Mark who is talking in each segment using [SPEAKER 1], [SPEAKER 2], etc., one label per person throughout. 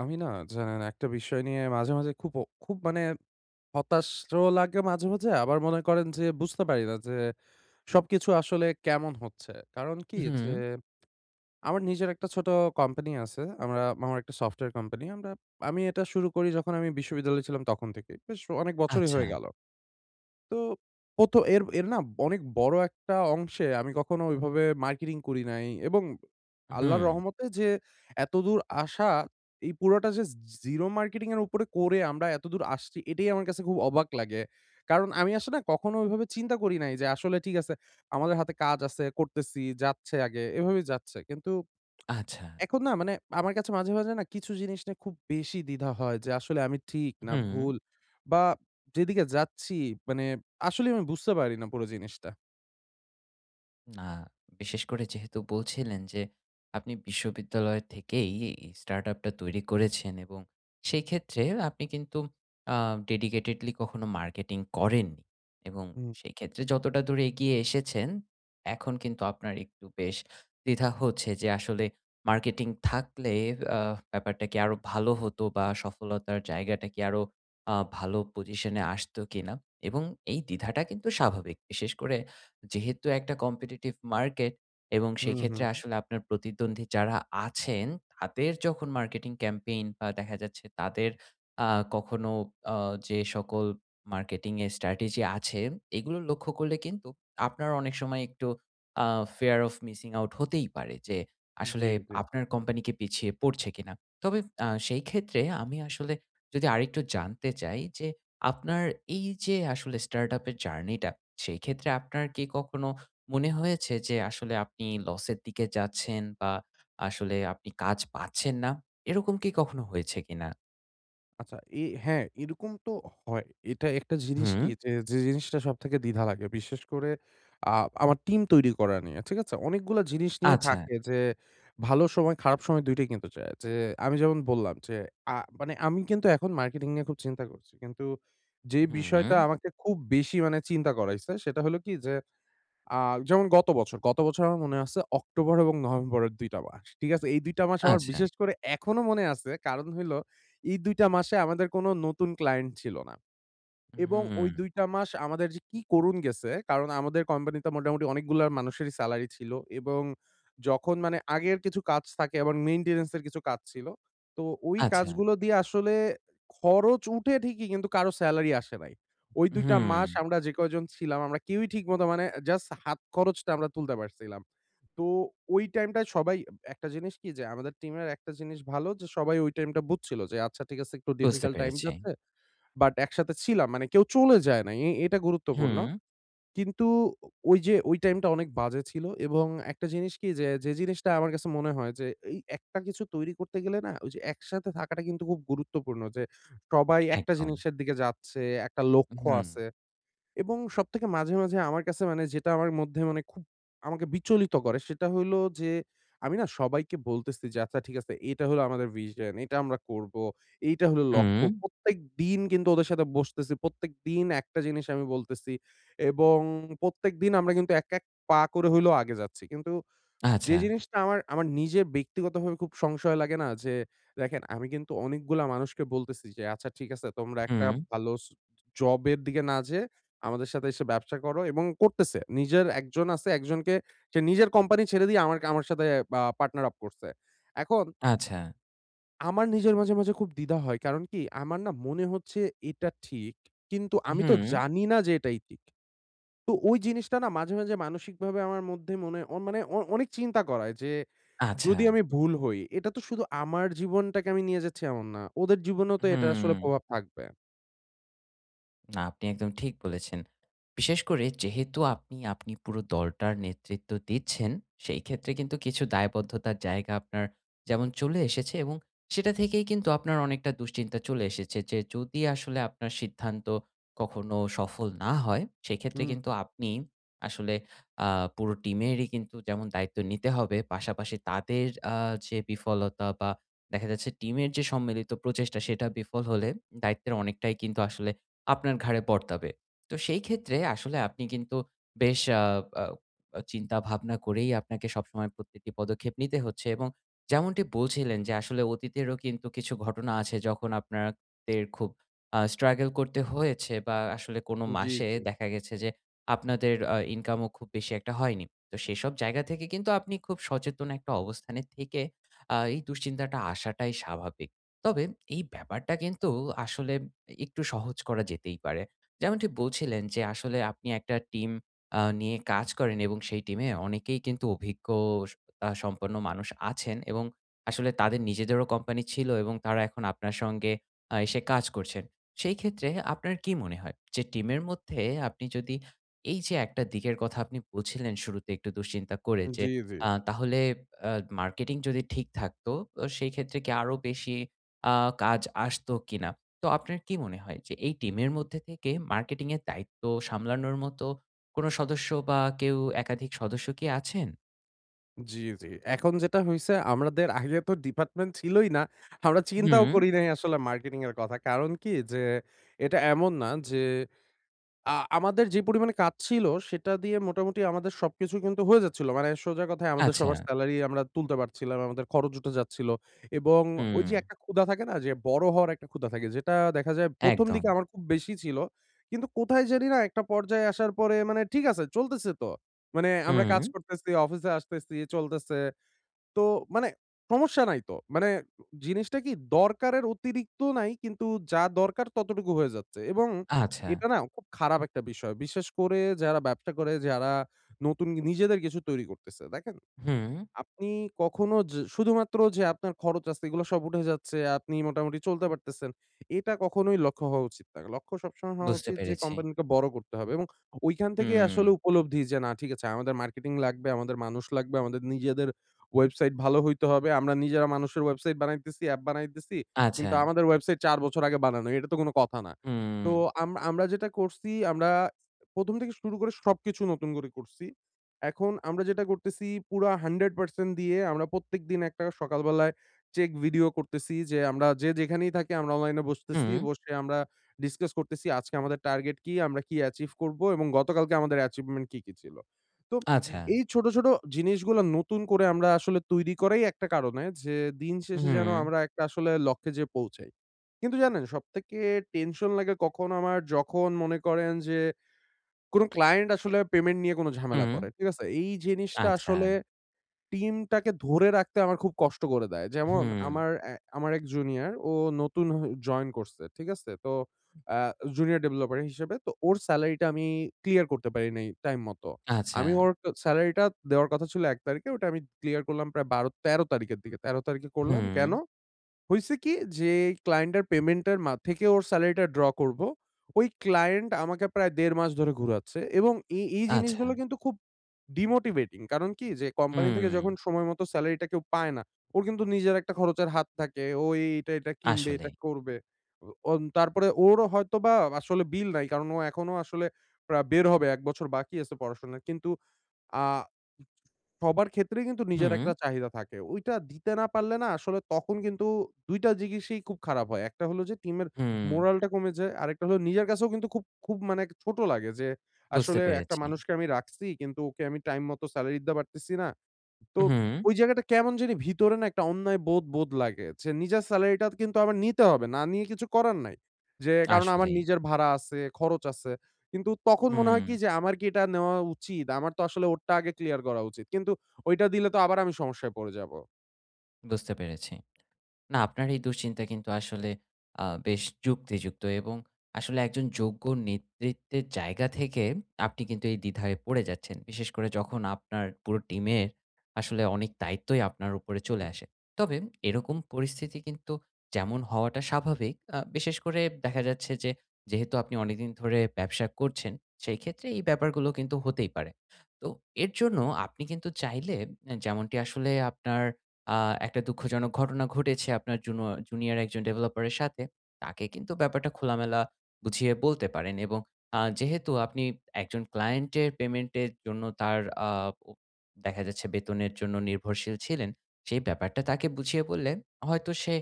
[SPEAKER 1] আমি না জানেন একটা বিষয় নিয়ে মাঝে, মাঝে খুব মানে হতাশও লাগে মাঝে, মাঝে আবার মনে করেন যে বুঝতে পারি না যে সবকিছু আসলে কেমন হচ্ছে। কারণ কি
[SPEAKER 2] হুম,
[SPEAKER 1] যে আমার নিজের একটা ছোট কোম্পানি আছে। আমার একটা সফটওয়্যার কোম্পানি। আমি এটা শুরু করি যখন আমি বিশ্ববিদ্যালয়ে ছিলাম তখন থেকে। বেশ অনেক বছরই
[SPEAKER 2] আচ্ছা।
[SPEAKER 1] হয়ে গেল। তো প্রথম এর এর না অনেক বড় একটা অংশে আমি কখনো ওইভাবে মার্কেটিং করি নাই এবং আল্লাহর
[SPEAKER 2] হুম,
[SPEAKER 1] রহমতে যে এতদূর আসা এই পুরোটা যে জিরো মার্কেটিং এর উপরে করে আমরা এতদূর আসছি এটাই আমার কাছে খুব অবাক লাগে। কারণ আমি আসলে না কখনো ওইভাবে চিন্তা করি নাই যে আসলে ঠিক আছে আমাদের হাতে কাজ আছে, করতেছি, যাচ্ছে আগে এভাবেই যাচ্ছে। কিন্তু
[SPEAKER 2] আচ্ছা।
[SPEAKER 1] এখন না মানে আমার কাছে মাঝে, মাঝে না কিছু জিনিস নিয়ে খুব বেশি দ্বিধা হয় যে আসলে আমি ঠিক না
[SPEAKER 2] হুম।
[SPEAKER 1] ভুল বা যেদিকে যাচ্ছি মানে আসলেই আমি বুঝতে পারি না পুরো জিনিসটা।
[SPEAKER 2] না, বিশেষ করে যেহেতু বলছিলেন যে আপনি বিশ্ববিদ্যালয় থেকেই এই স্টার্টআপটা তৈরি করেছেন এবং সেই ক্ষেত্রে আপনি কিন্তু ডেডিকেটেডলি কখনো মার্কেটিং করেননি এবং
[SPEAKER 1] হুম,
[SPEAKER 2] সেই ক্ষেত্রে যতটা দূর এগিয়ে এসেছেন এখন কিন্তু আপনার একটু বেশ দ্বিধা হচ্ছে যে আসলে মার্কেটিং থাকলে ব্যাপারটা কি আরো ভালো হতো বা সফলতার জায়গাটা কি আরো ভালো পজিশনে আসতো কিনা এবং এই দ্বিধাটা কিন্তু স্বাভাবিক, বিশেষ করে যেহেতু একটা কম্পিটিটিভ মার্কেট এবং
[SPEAKER 1] হুম, হুম।
[SPEAKER 2] সেক্ষেত্রে আসলে আপনার প্রতিদ্বন্দ্বী যারা আছেন, তাদের যখন মার্কেটিং ক্যাম্পেইন বা দেখা যাচ্ছে তাদের আ কখনো আ যে সকল মার্কেটিং এর স্ট্র্যাটেজি আছে, এগুলো লক্ষ্য করলে কিন্তু আপনার অনেক সময় একটু আ ফিয়ার অফ মিসিং আউট হতেই পারে যে,
[SPEAKER 1] জি,
[SPEAKER 2] আসলে
[SPEAKER 1] জি।
[SPEAKER 2] আপনার কোম্পানি কি পিছিয়ে পড়ছে কিনা? তবে সেই ক্ষেত্রে আমি আসলে যদি আরেকটু জানতে চাই যে আপনার এই যে আসলে স্টার্টআপ এর জার্নিটা, সেই ক্ষেত্রে আপনার কি কখনো মনে হয়েছে যে আসলে আপনি লসের দিকে যাচ্ছেন বা আসলে আপনি কাজ পাচ্ছেন না? এরকম কি কখনো হয়েছে কিনা?
[SPEAKER 1] আচ্ছা, এ হ্যাঁ, এরকম তো হয়। এটা একটা জিনিস কি
[SPEAKER 2] হুম,
[SPEAKER 1] যে, যে জিনিসটা সবথেকে দ্বিধা লাগে। বিশেষ করে আ আমার টিম তৈরি করা নিয়ে। ঠিক আছে? অনেকগুলা জিনিস নিয়ে
[SPEAKER 2] আচ্ছা।
[SPEAKER 1] থাকে যে, ভালো সময়, খারাপ সময় ২ টাই কিন্তু যায়। যে আমি যেমন বললাম যে, মানে আমি কিন্তু এখন মার্কেটিং নিয়ে খুব চিন্তা করছি। কিন্তু যে
[SPEAKER 2] হুম,
[SPEAKER 1] বিষয়টা আমাকে খুব বেশি মানে চিন্তা করাইছে, সেটা হলো কি যে আ যেমন গত বছর। গত বছর আমার মনে আছে অক্টোবর এবং নভেম্বরের ২ টা মাস। ঠিক আছে? এই ২ টা মাস আমার
[SPEAKER 2] আচ্ছা।
[SPEAKER 1] বিশেষ করে এখনো মনে আছে। কারণ হইলো এই ২ টা মাসে আমাদের কোনো নতুন ক্লায়েন্ট ছিল না। এবং ওই
[SPEAKER 2] হুম,
[SPEAKER 1] ২ টা মাস আমাদের যে কি করুণ গেছে, কারণ আমাদের কোম্পানিতে মোটামুটি অনেকগুলা মানুষেরই সেলারি ছিল এবং যখন মানে আগের কিছু কাজ থাকে আবার মেইনটেন্যান্স এর কিছু কাজ ছিল। তো ওই
[SPEAKER 2] আচ্ছা।
[SPEAKER 1] কাজগুলো দিয়ে আসলে খরচ উঠে ঠিকই কিন্তু কারো সেলারি আসে নাই। ওই ২ টা মাস
[SPEAKER 2] হুম,
[SPEAKER 1] আমরা যে কয়জন ছিলাম আমরা কেউই ঠিকমতো মানে জাস্ট হাত খরচটা আমরা তুলতে পারছিলাম। তো ওই টাইমটায় সবাই একটা জিনিস কি যে আমাদের টিমের একটা জিনিস ভালো যে সবাই ওই টাইমটা বুঝছিল যে আচ্ছা ঠিক আছে একটু
[SPEAKER 2] বুঝতে
[SPEAKER 1] ডিফিকাল্ট টাইম
[SPEAKER 2] পেরেছি।
[SPEAKER 1] যাচ্ছে। বাট একসাথে ছিলাম। মানে কেউ চলে যায় নাই। এটা গুরুত্বপূর্ণ।
[SPEAKER 2] হুম,
[SPEAKER 1] কিন্তু ওই যে ওই টাইমটা অনেক বাজে ছিল এবং একটা জিনিস কি যে, যে জিনিসটা আমার কাছে মনে হয় যে এই একটা কিছু তৈরি করতে গেলে না ওই যে একসাথে থাকাটা কিন্তু খুব গুরুত্বপূর্ণ যে সবাই একটা
[SPEAKER 2] একদম।
[SPEAKER 1] জিনিসের দিকে যাচ্ছে, একটা লক্ষ্য
[SPEAKER 2] হুম,
[SPEAKER 1] আছে। এবং সবথেকে মাঝে, মাঝে আমার কাছে মানে যেটা আমার মধ্যে মানে খুব আমাকে বিচলিত করে সেটা হইলো যে, আমি না সবাইকে বলতেছি যে, "আচ্ছা ঠিক আছে এটা হলো আমাদের ভিশন, এটা আমরা করব। এইটা হলো লক্ষ্য।"
[SPEAKER 2] হুম,
[SPEAKER 1] প্রত্যেকদিন কিন্তু ওদের সাথে বসতেছি। প্রত্যেকদিন একটা জিনিস আমি বলতেছি এবং প্রত্যেকদিন আমরা কিন্তু এক, এক পা করে হইলেও আগে যাচ্ছি। কিন্তু যে
[SPEAKER 2] আচ্ছা।
[SPEAKER 1] জিনিসটা আমার, আমার নিজের ব্যক্তিগতভাবে খুব সংশয় লাগে না? যে দেখেন আমি কিন্তু অনেকগুলা মানুষকে বলতেছি যে, "আচ্ছা ঠিক আছে তোমরা একটা
[SPEAKER 2] হুম,
[SPEAKER 1] ভালো জবের দিকে না যেয়ে আমাদের সাথে এসে ব্যবসা করো" এবং করতেছে। নিজের একজন আছে, একজনকে সে নিজের কোম্পানি ছেড়ে দিয়ে আমার আমার সাথে পার্টনার আপ করছে। এখন
[SPEAKER 2] আচ্ছা।
[SPEAKER 1] আমার নিজের মাঝে, মাঝে খুব দ্বিধা হয়। কারণ কি? আমার না মনে হচ্ছে এটা ঠিক। কিন্তু আমি তো
[SPEAKER 2] হুম,
[SPEAKER 1] জানি না যে এটাই ঠিক। তো ওই জিনিসটা না মাঝে, মাঝে মানসিকভাবে আমার মধ্যে মনে মানে অনেক চিন্তা করায় যে,
[SPEAKER 2] আচ্ছা।
[SPEAKER 1] যদি আমি ভুল হই, এটা তো শুধু আমার জীবনটাকে আমি নিয়ে যাচ্ছি এমন না। ওদের জীবনেও তো এটা আসলে
[SPEAKER 2] হুম।
[SPEAKER 1] প্রভাব থাকবে।
[SPEAKER 2] না, আপনি একদম ঠিক বলেছেন। বিশেষ করে যেহেতু আপনি পুরো দলটার নেতৃত্ব দিচ্ছেন, সেই ক্ষেত্রে কিন্তু কিছু দায়বদ্ধতার জায়গা আপনার যেমন চলে এসেছে এবং সেটা থেকেই কিন্তু আপনার অনেকটা দুশ্চিন্তা চলে এসেছে যে, যদি আসলে আপনার সিদ্ধান্ত কখনো সফল না হয়, সেক্ষেত্রে
[SPEAKER 1] হুম,
[SPEAKER 2] কিন্তু আপনি আসলে আ পুরো টিমেরই কিন্তু যেমন দায়িত্ব নিতে হবে, পাশাপাশি তাদের আ যে বিফলতা বা দেখা যাচ্ছে টিমের যে সম্মিলিত প্রচেষ্টা, সেটা বিফল হলে দায়িত্বের অনেকটাই কিন্তু আসলে আপনার ঘাড়ে বর্তাবে। তো সেই ক্ষেত্রে আসলে আপনি কিন্তু বেশ আ আ চিন্তা ভাবনা করেই আপনাকে সবসময় প্রত্যেকটি পদক্ষেপ নিতে হচ্ছে এবং যেমনটি বলছিলেন যে আসলে অতীতেরও কিন্তু কিছু ঘটনা আছে যখন আপনাদের খুব struggle করতে হয়েছে বা আসলে কোনো
[SPEAKER 1] জি,
[SPEAKER 2] মাসে
[SPEAKER 1] জি,
[SPEAKER 2] দেখা গেছে যে আপনাদের ইনকামও খুব বেশি একটা হয়নি। তো সেসব জায়গা থেকে কিন্তু আপনি খুব সচেতন একটা অবস্থানে থেকে এই দুশ্চিন্তাটা আসাটাই স্বাভাবিক। তবে এই ব্যাপারটা কিন্তু আসলে একটু সহজ করা যেতেই পারে। যেমনটি বলছিলেন যে আসলে আপনি একটা টিম নিয়ে কাজ করেন এবং সেই টিমে অনেকেই কিন্তু অভিজ্ঞ স আ সম্পন্ন মানুষ আছেন এবং আসলে তাদের নিজেদেরও কোম্পানি ছিল এবং তারা এখন আপনার সঙ্গে এসে কাজ করছেন। সেই ক্ষেত্রে আপনার কি মনে হয় যে টিমের মধ্যে আপনি যদি এই যে একটা দিকের কথা আপনি বলছিলেন শুরুতে একটু দুশ্চিন্তা করে যে
[SPEAKER 1] জি, জি,
[SPEAKER 2] তাহলে আ মার্কেটিং যদি ঠিক থাকতো, তো সেই ক্ষেত্রে কি আরো বেশি আ কাজ আসতো কিনা? তো আপনার কি মনে হয় যে এই টিমের মধ্যে থেকে মার্কেটিং এর দায়িত্ব সামলানোর মতো কোনো সদস্য বা কেউ একাধিক সদস্য কি আছেন?
[SPEAKER 1] জি, জি। এখন যেটা হইছে আমাদের আগে তো ডিপার্টমেন্ট ছিলই না। আমরা চিন্তাও
[SPEAKER 2] হুম,
[SPEAKER 1] করি নাই আসলে মার্কেটিং এর কথা। কারণ কি? যে, এটা এমন না যে আ আমাদের যে পরিমাণে কাজ ছিল সেটা দিয়ে মোটামুটি আমাদের সবকিছু কিন্তু হয়ে যাচ্ছিল। মানে সোজা কথায় আমাদের
[SPEAKER 2] আচ্ছা।
[SPEAKER 1] সবার সেলারি আমরা তুলতে পারছিলাম। আমাদের খরচ উঠে যাচ্ছিল এবং ওই
[SPEAKER 2] হুম,
[SPEAKER 1] যে একটা ক্ষুধা থাকে না যে বড় হওয়ার একটা ক্ষুধা থাকে যেটা দেখা যায় ১ম
[SPEAKER 2] একদম।
[SPEAKER 1] দিকে আমার খুব বেশি ছিল। কিন্তু কোথায় জানি না একটা পর্যায়ে আসার পরে মানে ঠিক আছে চলতেছে তো। মানে আমরা কাজ
[SPEAKER 2] হুম,
[SPEAKER 1] করতেছি, অফিসে আসতেছি, চলতেছে। তো মানে সমস্যা নাই তো। মানে জিনিসটা কি দরকারের অতিরিক্ত নাই কিন্তু যা দরকার ততটুকু হয়ে যাচ্ছে এবং
[SPEAKER 2] আচ্ছা।
[SPEAKER 1] এটা না খুব খারাপ একটা বিষয়। বিশেষ করে যারা ব্যবসা করে, যারা নতুন নিজেদের কিছু তৈরি করতেছে। দেখেন
[SPEAKER 2] হুম,
[SPEAKER 1] আপনি কখনো যে শুধুমাত্র যে আপনার খরচ আছে এগুলো সব উঠে যাচ্ছে, আপনি মোটামুটি চলতে পারতেছেন। এটা কখনোই লক্ষ্য হওয়া উচিত না। লক্ষ্য সবসময় হওয়া
[SPEAKER 2] বুঝতে
[SPEAKER 1] উচিত যে
[SPEAKER 2] পেরেছি।
[SPEAKER 1] কোম্পানিকে বড় করতে হবে এবং ওইখান থেকেই
[SPEAKER 2] হুম,
[SPEAKER 1] আসলে উপলব্ধি যে না ঠিক আছে আমাদের মার্কেটিং লাগবে, আমাদের মানুষ লাগবে, আমাদের নিজেদের ওয়েবসাইট ভালো হইতে হবে। আমরা নিজেরা মানুষের ওয়েবসাইট বানাইতেছি, অ্যাপ বানাইতেছি।
[SPEAKER 2] আচ্ছা।
[SPEAKER 1] কিন্তু আমাদের ওয়েবসাইট ৪ বছর আগে বানানো। এটা তো কোনো কথা না।
[SPEAKER 2] হুম,
[SPEAKER 1] তো আমরা যেটা করছি আমরা ১ম থেকে শুরু করে সবকিছু নতুন করে করছি। এখন আমরা যেটা করতেছি পুরা 100% দিয়ে আমরা প্রত্যেকদিন একটা সকালবেলায় চেক ভিডিও করতেছি যে আমরা যে যেখানেই থাকি আমরা অনলাইনে বসতেছি।
[SPEAKER 2] হুম,
[SPEAKER 1] বসে আমরা ডিসকাস করতেছি আজকে আমাদের টার্গেট কি? আমরা কি অ্যাচিভ করব? এবং গতকালকে আমাদের অ্যাচিভমেন্ট কি, কি ছিল? তো
[SPEAKER 2] আচ্ছা।
[SPEAKER 1] এই ছোট, ছোট জিনিসগুলা নতুন করে আমরা আসলে তৈরি করাই একটা কারণে যে দিন শেষে যেন
[SPEAKER 2] হুম,
[SPEAKER 1] আমরা একটা আসলে লক্ষ্যে যেয়ে পৌঁছাই। কিন্তু জানেন সবথেকে টেনশন লাগে কখন আমার যখন মনে করেন যে কোনো ক্লায়েন্ট আসলে পেমেন্ট নিয়ে কোনো ঝামেলা
[SPEAKER 2] হুম,
[SPEAKER 1] করে। ঠিক আছে? এই জিনিসটা
[SPEAKER 2] আচ্ছা।
[SPEAKER 1] আসলে টিমটাকে ধরে রাখতে আমার খুব কষ্ট করে দেয়। যেমন
[SPEAKER 2] হুম,
[SPEAKER 1] আমার এক জুনিয়র নতুন জয়েন করছে। ঠিক আছে? তো আ জুনিয়র ডেভেলপার হিসেবে তো ওর সেলারিটা আমি ক্লিয়ার করতে পারি নাই টাইম মতো।
[SPEAKER 2] আচ্ছা।
[SPEAKER 1] আমি ওর সেলারিটা দেওয়ার কথা ছিল ১ তারিখে ওটা আমি ক্লিয়ার করলাম প্রায় ১২ ১৩ তারিখের দিকে। ১৩ তারিখে করলাম।
[SPEAKER 2] হুম,
[SPEAKER 1] কেন? হইছে কি যে ক্লায়েন্টের পেমেন্টের থেকে ওর সেলারিটা ড্র করব। ওই ক্লায়েন্ট আমাকে প্রায় ১.৫ মাস ধরে ঘুরাচ্ছে এবং এই
[SPEAKER 2] আচ্ছা।
[SPEAKER 1] জিনিসগুলো কিন্তু খুব ডিমোটিভেটিং। কারণ কি যে কোম্পানি থেকে
[SPEAKER 2] হুম,
[SPEAKER 1] যখন সময় মতো সেলারিটা কেউ পায় না, ওর কিন্তু নিজের একটা খরচের হাত থাকে। ও এইটা, এটা এটা কিনবে, এটা
[SPEAKER 2] আসলেই।
[SPEAKER 1] করবে। ও তারপরে ওরও হয়তোবা আসলে বিল নাই। কারণ ও এখনো আসলে বের হবে ১ বছর বাকি আছে পড়াশোনার। কিন্তু আ সবার ক্ষেত্রেই কিন্তু নিজের
[SPEAKER 2] হুম,
[SPEAKER 1] একটা চাহিদা থাকে। ওইটা দিতে না পারলে না আসলে তখন কিন্তু ২ টা জিনিসই খুব খারাপ হয়। একটা হলো যে টিমের
[SPEAKER 2] হুম,
[SPEAKER 1] মোরালটা কমে যায়। আরেকটা হলো নিজের কাছেও কিন্তু খুব মানে ছোট লাগে যে
[SPEAKER 2] বুঝতে
[SPEAKER 1] আসলে একটা
[SPEAKER 2] পেরেছি।
[SPEAKER 1] মানুষকে আমি রাখছি কিন্তু ওকে আমি টাইম মতো সেলারি দিতে পারতেছি না। তো
[SPEAKER 2] হুম,
[SPEAKER 1] ওই জায়গাটা কেমন জানি ভিতরে না একটা অন্যায় বোধ লাগে। যে নিজের সেলারিটা কিন্তু আমার নিতে হবে। না নিয়ে কিছু করার নাই। যে কারণ আমার
[SPEAKER 2] আসলেই।
[SPEAKER 1] নিজের ভাড়া আছে, খরচ আছে। কিন্তু তখন মনে হয়
[SPEAKER 2] হুম।
[SPEAKER 1] কি যে আমার কি এটা নেওয়া উচিত? আমার তো আসলে ওরটা আগে ক্লিয়ার করা উচিত। কিন্তু ওইটা দিলে তো আবার আমি সমস্যায় পড়ে যাবো।
[SPEAKER 2] বুঝতে পেরেছি। না, আপনার এই দুশ্চিন্তা কিন্তু আসলে বেশ যুক্তিযুক্ত এবং আসলে একজন যোগ্য নেতৃত্বের জায়গা থেকে আপনি কিন্তু এই দ্বিধায় পড়ে যাচ্ছেন। বিশেষ করে যখন আপনার পুরো টিমের আসলে অনেক দায়িত্বই আপনার উপরে চলে আসে। তবে এরকম পরিস্থিতি কিন্তু যেমন হওয়াটা স্বাভাবিক, বিশেষ করে দেখা যাচ্ছে যে যেহেতু আপনি অনেকদিন ধরে ব্যবসা করছেন, সেই ক্ষেত্রে এই ব্যাপারগুলো কিন্তু হতেই পারে। তো এর জন্য আপনি কিন্তু চাইলে এ যেমনটি আসলে আপনার আ একটা দুঃখজনক ঘটনা ঘটেছে আপনার জুনিয়র একজন ডেভেলপারের সাথে। তাকে কিন্তু ব্যাপারটা খোলামেলা বুঝিয়ে বলতে পারেন এবং যেহেতু আপনি একজন ক্লায়েন্টের পেমেন্টের জন্য তার আ ও দেখা যাচ্ছে বেতনের জন্য নির্ভরশীল ছিলেন, সেই ব্যাপারটা তাকে বুঝিয়ে বললে হয়তো সে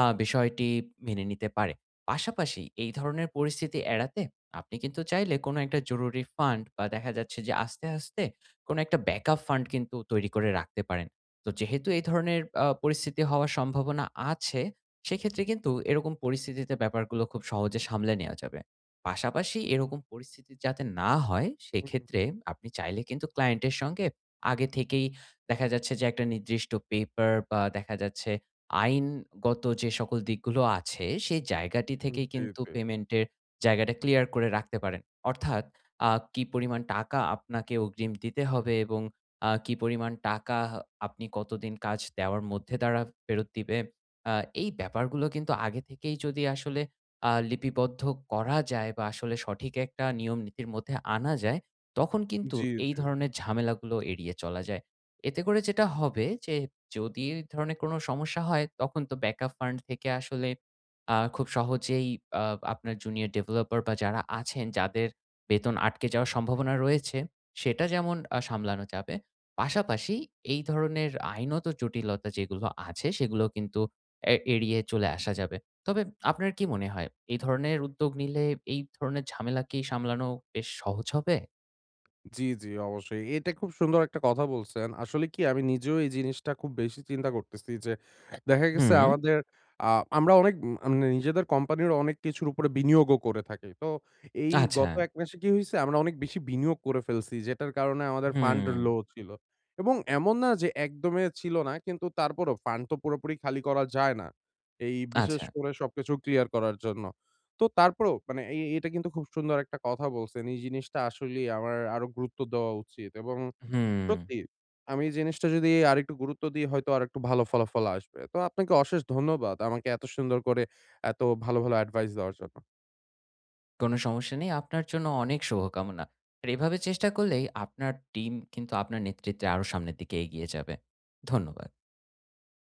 [SPEAKER 2] বিষয়টি মেনে নিতে পারে। পাশাপাশি এই ধরনের পরিস্থিতি এড়াতে আপনি কিন্তু চাইলে কোনো একটা জরুরি ফান্ড বা দেখা যাচ্ছে যে আস্তে, আস্তে কোনো একটা ব্যাকআপ ফান্ড কিন্তু তৈরি করে রাখতে পারেন। তো যেহেতু এই ধরনের পরিস্থিতি হওয়ার সম্ভাবনা আছে, সেক্ষেত্রে কিন্তু এরকম পরিস্থিতিতে ব্যাপারগুলো খুব সহজে সামলে নেয়া যাবে। পাশাপাশি এরকম পরিস্থিতি যাতে না হয়,
[SPEAKER 1] হুম,
[SPEAKER 2] সেক্ষেত্রে আপনি চাইলে কিন্তু ক্লায়েন্টের সঙ্গে আগে থেকেই দেখা যাচ্ছে যে একটা নির্দিষ্ট পেপার বা দেখা যাচ্ছে আইনগত যে সকল দিকগুলো আছে, সেই জায়গাটি
[SPEAKER 1] হুম,
[SPEAKER 2] থেকেই
[SPEAKER 1] জি,
[SPEAKER 2] কিন্তু
[SPEAKER 1] জি।
[SPEAKER 2] পেমেন্টের জায়গাটা ক্লিয়ার করে রাখতে পারেন। অর্থাৎ কি পরিমাণ টাকা আপনাকে অগ্রিম দিতে হবে এবং কি পরিমাণ টাকা আপনি কতদিন কাজ দেওয়ার মধ্যে তারা ফেরত দিবে। আ এই ব্যাপারগুলো কিন্তু আগে থেকেই যদি আসলে লিপিবদ্ধ করা যায় বা আসলে সঠিক একটা নিয়ম নীতির মধ্যে আনা যায়, তখন কিন্তু
[SPEAKER 1] জি,
[SPEAKER 2] এই
[SPEAKER 1] জি।
[SPEAKER 2] ধরনের ঝামেলাগুলো এড়িয়ে চলা যায়। এতে করে যেটা হবে যে যদি এই ধরনের কোনো সমস্যা হয় তখন তো ব্যাকআপ ফান্ড থেকে আসলে খুব সহজেই আ আপনার জুনিয়র ডেভেলপার বা যারা আছেন যাদের বেতন আটকে যাওয়ার সম্ভাবনা রয়েছে, সেটা যেমন সামলানো যাবে। পাশাপাশি এই ধরনের আইনত জটিলতা যেগুলো আছে সেগুলো কিন্তু এড়িয়ে চলে আসা যাবে। তবে আপনার কি মনে হয় এই ধরনের উদ্যোগ নিলে এই ধরনের ঝামেলা কি সামলানো বেশ সহজ হবে?
[SPEAKER 1] জি, জি, অবশ্যই। এটা খুব সুন্দর একটা কথা বলছেন। আসলে কি আমি নিজেও এই জিনিসটা খুব বেশি চিন্তা করতেছি যে, দেখা গেছে
[SPEAKER 2] হুম,
[SPEAKER 1] আমাদের আ আমরা অনেক মানে নিজেদের কোম্পানির অনেক কিছুর উপরে বিনিয়োগও করে থাকি। তো এই
[SPEAKER 2] আচ্ছা।
[SPEAKER 1] গত ১ মাসে কি হইছে? আমরা অনেক বেশি বিনিয়োগ করে ফেলছি, যেটার কারণে আমাদের ফান্ড
[SPEAKER 2] হুম,
[SPEAKER 1] লো ছিল। এবং এমন না যে একদমই ছিল না, কিন্তু তারপরও ফান্ড তো পুরোপুরি খালি করা যায় না। এই বিশেষ
[SPEAKER 2] আচ্ছা।
[SPEAKER 1] করে সবকিছু ক্লিয়ার করার জন্য। তো তারপরেও মানে এটা কিন্তু খুব সুন্দর একটা কথা বলছেন। এই জিনিসটা আসলেই আমার আরো গুরুত্ব দেওয়া উচিত এবং
[SPEAKER 2] হুম।
[SPEAKER 1] সত্যি আমি এই জিনিসটা যদি আরেকটু গুরুত্ব দিই হয়তো আরেকটু ভালো ফলাফল আসবে। তো আপনাকে অশেষ ধন্যবাদ আমাকে এত সুন্দর করে এত ভালো, ভালো এডভাইস দেওয়ার জন্য।
[SPEAKER 2] কোনো সমস্যা নেই, আপনার জন্য অনেক শুভকামনা। আর এভাবে চেষ্টা করলেই আপনার টিম কিন্তু আপনার নেতৃত্বে আরো সামনের দিকে এগিয়ে যাবে। ধন্যবাদ।